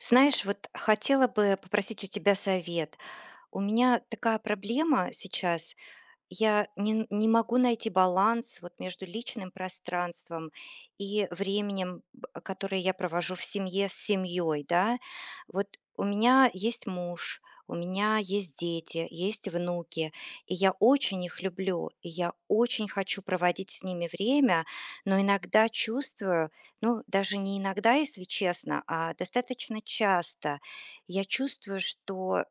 Знаешь, вот хотела бы попросить у тебя совет. У меня такая проблема сейчас. Я не могу найти баланс вот между личным пространством и временем, б которое я провожу в семье с семьей, да. Вот у меня есть муж, у меня есть дети, есть внуки, и я очень их люблю, и я очень хочу проводить с ними время, но иногда чувствую, ну, даже не иногда, если честно, а достаточно часто, я чувствую, что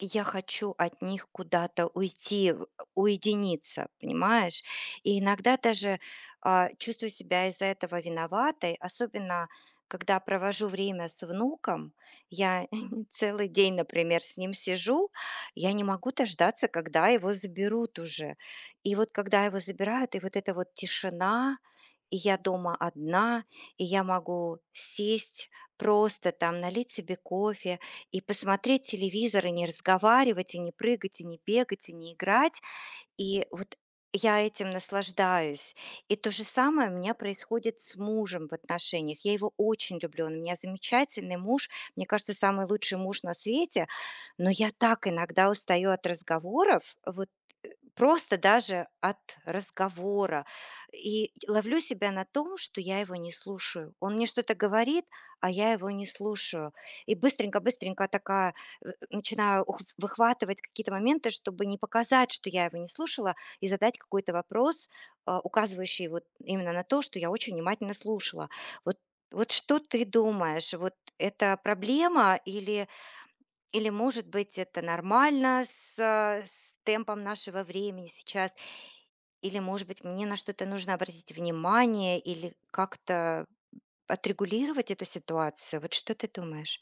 я хочу от них куда-то уйти, в уединиться, понимаешь? И иногда даже, чувствую себя из-за этого виноватой, особенно когда провожу время с внуком. Я целый день, например, с ним сижу, я не могу дождаться, когда его заберут уже. И вот когда его забирают, и вот эта вот тишина, и я дома одна, и я могу сесть просто там, налить себе кофе, и посмотреть телевизор, и не разговаривать, и не прыгать, и не бегать, и не играть. И вот я этим наслаждаюсь. И то же самое у меня происходит с мужем в отношениях. Я его очень люблю, он у меня замечательный муж, мне кажется, самый лучший муж на свете, но я так иногда устаю от разговоров, вот. Просто даже от разговора. И ловлю себя на том, что я его не слушаю. Он мне что-то говорит, а я его не слушаю. И быстренько-быстренько такая начинаю выхватывать какие-то моменты, чтобы не показать, что я его не слушала, и задать какой-то вопрос, указывающий вот именно на то, что я очень внимательно слушала. Вот, вот что ты думаешь, вот это проблема, или или, может быть, это нормально с темпом нашего времени сейчас, или, может быть, мне на что-то нужно обратить внимание или как-то отрегулировать эту ситуацию. Вот что ты думаешь?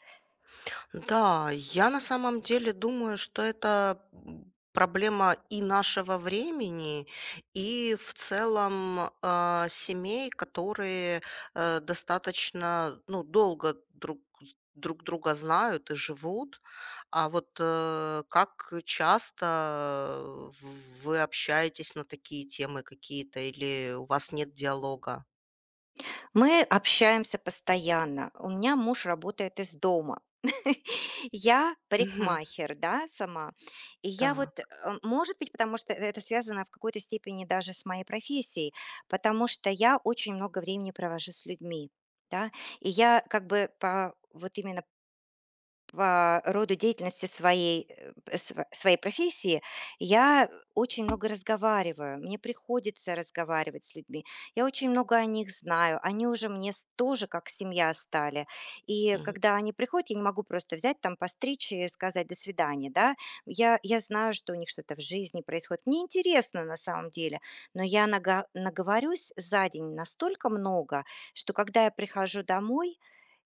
Да, я на самом деле думаю, что это проблема и нашего времени, и в целом семей, которые достаточно, ну, долго друг друга знают и живут. А вот как часто вы общаетесь на такие темы какие-то, или у вас нет диалога? Мы общаемся постоянно. У меня муж работает из дома. Я Мгм. парикмахер, да, сама. И я вот, Так. может быть, потому что это связано в какой-то степени даже с моей профессией, потому что я очень много времени провожу с людьми, да, и я как бы по вот именно по роду деятельности своей, э, п св своей профессии я очень много разговариваю. Мне приходится разговаривать с людьми. Я очень много о них знаю. Они уже мне с тоже как семья стали. И Мгм. когда они приходят, я не могу просто взять там, постричь и сказать: «До свидания», да. Я знаю, что у них что-то в жизни происходит. Мне интересно на самом деле, но я нага наговорюсь за день настолько много, что когда я прихожу домой,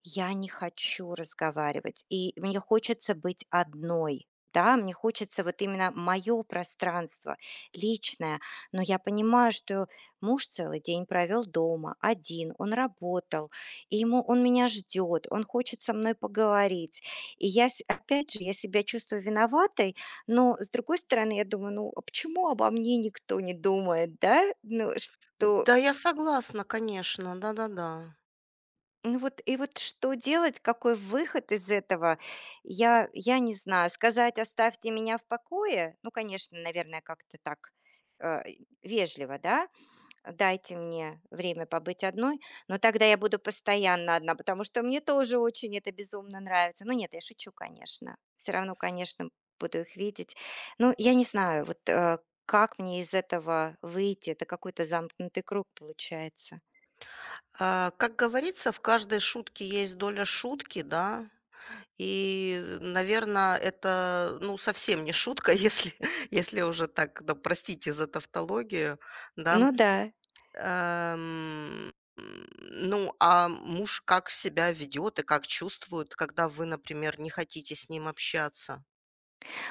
я не хочу разговаривать, и мне хочется быть одной. Да, мне хочется вот именно мое пространство личное, но я понимаю, что муж целый день провел дома, один, он работал, и ему он меня ждет, он хочет со мной поговорить. И я, опять же, я себя чувствую виноватой, но с другой стороны, я думаю, ну а почему обо мне никто не думает, да? Ну, что… Да, я согласна, конечно, да-да-да. Ну вот и вот что делать, какой выход из этого? Я не знаю. Сказать: «Оставьте меня в покое» — ну, конечно, наверное, как-то так, э, вежливо, да? «Дайте мне время побыть одной», но тогда я буду постоянно одна, потому что мне тоже очень это безумно нравится. Ну нет, я шучу, конечно. Все равно, конечно, буду их видеть. Ну, я не знаю, вот, как мне из этого выйти? Это какой-то замкнутый круг получается. А, как говорится, в каждой шутке есть доля шутки, да. И, наверное, это, ну, совсем не шутка, если если уже так, да, простите за тавтологию, да. Ну да. Эм, м, ну, а муж как себя ведет и как чувствует, когда вы, например, не хотите с ним общаться?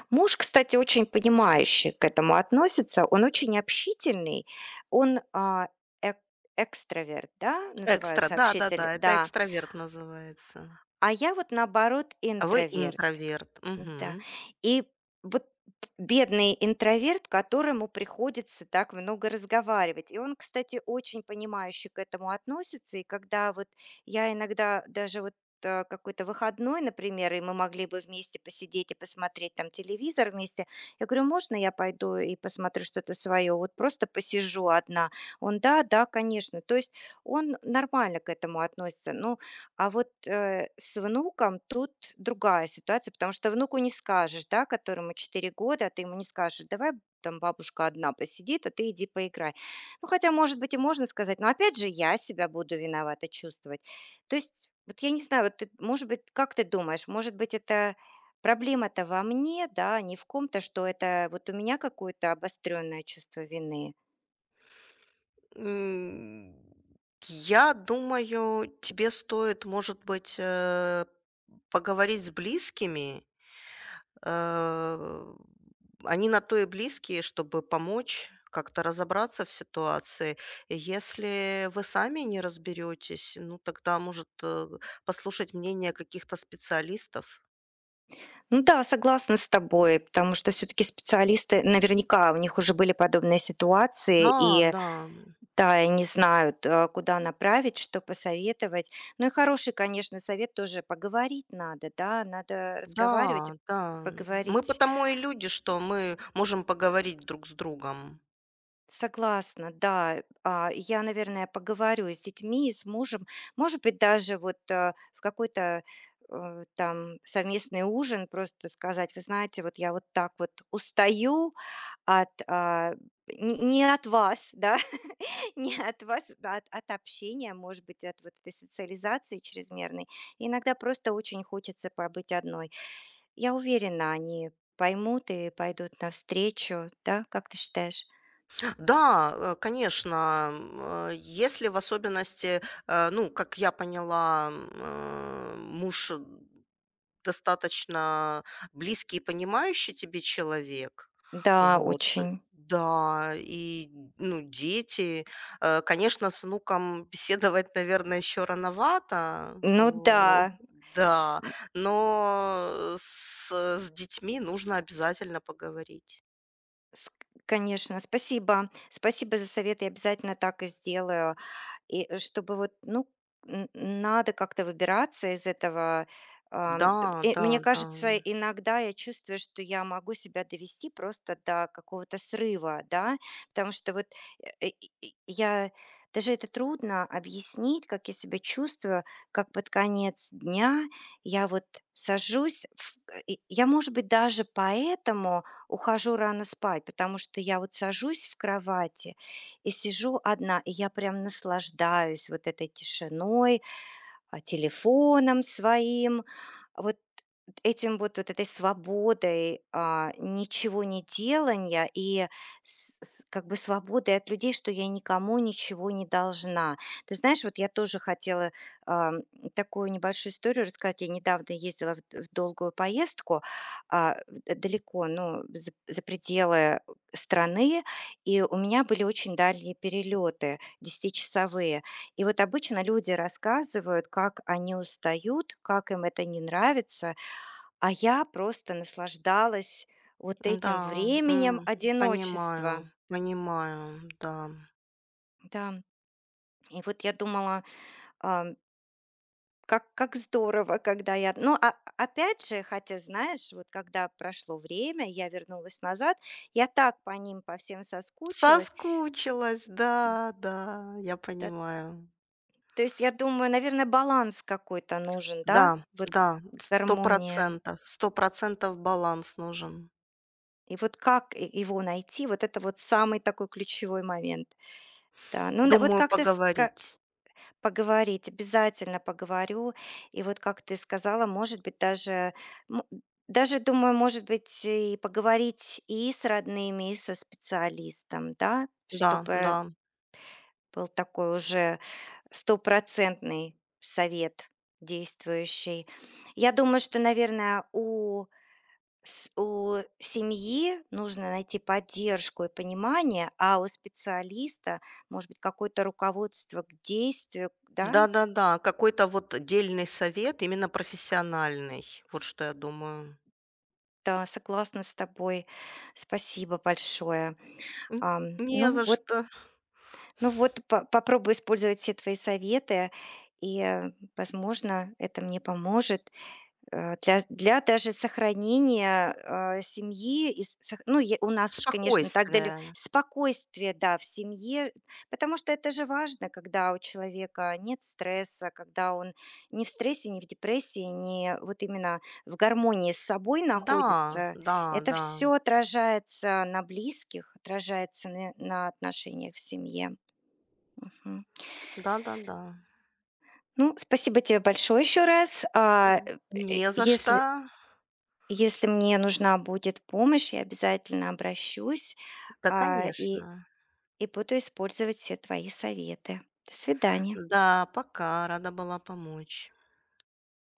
Муж, кстати, очень понимающий к этому относится, он очень общительный, он, а, эк экстраверт, да, называют Экстра, сообщитель, да-да-да, это да. экстраверт называется. А я вот наоборот А вы интроверт. интроверт. Да. Мгм. И вот бедный интроверт, которому приходится так много разговаривать. И он, кстати, очень понимающе к этому относится. И когда вот я иногда даже вот какой-то выходной, например, и мы могли бы вместе посидеть и посмотреть там телевизор вместе. Я говорю, можно я пойду и посмотрю что-то свое? Вот просто посижу одна. Он, да, да, конечно. То есть он нормально к этому относится. Но а вот, с внуком тут другая ситуация, потому что внуку не скажешь, да, которому 4 года, а ты ему не скажешь: «Давай там бабушка одна посидит, а ты иди поиграй». Ну, хотя, может быть, и можно сказать, но опять же я себя буду виновато чувствовать. То есть, вот я не знаю, вот ты, может быть, как ты думаешь, может быть, это проблема-то во мне, да, а не в ком-то, что это вот у меня какое-то обострённое чувство вины? М, я думаю, тебе стоит, может быть, поговорить с близкими. Э, они на то и близкие, чтобы помочь как-то разобраться в ситуации. И если вы сами не разберетесь, ну тогда, может, послушать мнение каких-то специалистов. Ну да, согласна с тобой, потому что все таки специалисты, наверняка у них уже были подобные ситуации, Да, и да, да, и не знают, куда направить, что посоветовать. Ну и хороший, конечно, совет тоже поговорить надо, да, надо разговаривать, и да, да. Мы поговорить. потому и люди, что мы можем поговорить друг с другом. Согласна, да. А, я, наверное, поговорю с детьми, и с мужем. Может быть, даже вот, в какой-то, там совместный ужин просто сказать: «Вы знаете, вот я вот так вот устаю, от, а не от вас, да, не от вас, да, от общения, может быть, от вот этой социализации чрезмерной. Иногда просто очень хочется побыть одной. Я уверена, они поймут и пойдут навстречу, да, как ты считаешь?» Да, конечно, если в особенности, ну, как я поняла, муж достаточно близкий и понимающий тебе человек, Да, вот, очень. да, и, ну, дети, конечно, с внуком беседовать, наверное, еще рановато, Ну да, о, да, м, но с детьми нужно обязательно поговорить. ск- конечно, спасибо. Спасибо за совет, я обязательно так и сделаю. И, чтобы вот, ну, н надо как-то выбираться из этого. Да, да, Мне да. кажется, иногда я чувствую, что я могу себя довести просто до какого-то срыва, да, потому что вот, я даже это трудно объяснить, как я себя чувствую, как под конец дня я вот сажусь и я, может быть, даже поэтому ухожу рано спать, потому что я вот сажусь в кровати и сижу одна, и я прям наслаждаюсь вот этой тишиной, телефоном своим. Вот этим вот, вот этой свободой, ничего не делания и с как бы свободой от людей, что я никому ничего не должна. Ты знаешь, вот я тоже хотела, ам, такую небольшую историю рассказать. Я недавно ездила в долгую поездку, а, д далеко, ну, за за пределы страны, и у меня были очень дальние перелеты, десятичасовые. И вот обычно люди рассказывают, как они устают, как им это не нравится. А я просто наслаждалась вот этим Да, временем м, одиночества. понимаю, понимаю, да. Да. И вот я думала, ам, как здорово, когда я… Ну, опять же, хотя, знаешь, вот когда прошло время, я вернулась назад, я так по ним, по всем соскучилась. Соскучилась, да, да, я Да, понимаю. то есть, я думаю, наверное, баланс какой-то нужен, да? Да, Вот да, сто гармония. процентов, 100% баланс нужен. И вот как его найти, вот это вот самый такой ключевой момент. Да, ну да, вот Думаю, как ты… поговорить. Поговорить, обязательно поговорю. И вот, как ты сказала, может быть, даже, м, даже думаю, может быть, и поговорить и с родными, и со специалистом, да, Да, чтобы да. был такой уже стопроцентный совет действующий. Я думаю, что, наверное, у семьи нужно найти поддержку и понимание, а у специалиста, может быть, какое-то руководство к действию, да. Да-да-да, какой-то вот дельный совет, именно профессиональный. Вот что я думаю. Да, согласна с тобой. Спасибо большое. М, не Ну за вот, что. ну вот попробую использовать все твои советы, и, возможно, это мне поможет. Для даже сохранения, семьи и с сох ну, я у нас уж, конечно, так дале Спокойствие. спокойствие, да, в семье, потому что это же важно, когда у человека нет стресса, когда он не в стрессе, не в депрессии, не вот именно в гармонии с собой Да, находится. да, Это да. все отражается на близких, отражается на отношениях в семье. Мгм. Да-да-да. Ну, спасибо тебе большое еще раз. М, не за если, что. если мне нужна будет помощь, я обязательно обращусь, Да, а, и конечно. и буду использовать все твои советы. До свидания. Да, пока. Рада была помочь.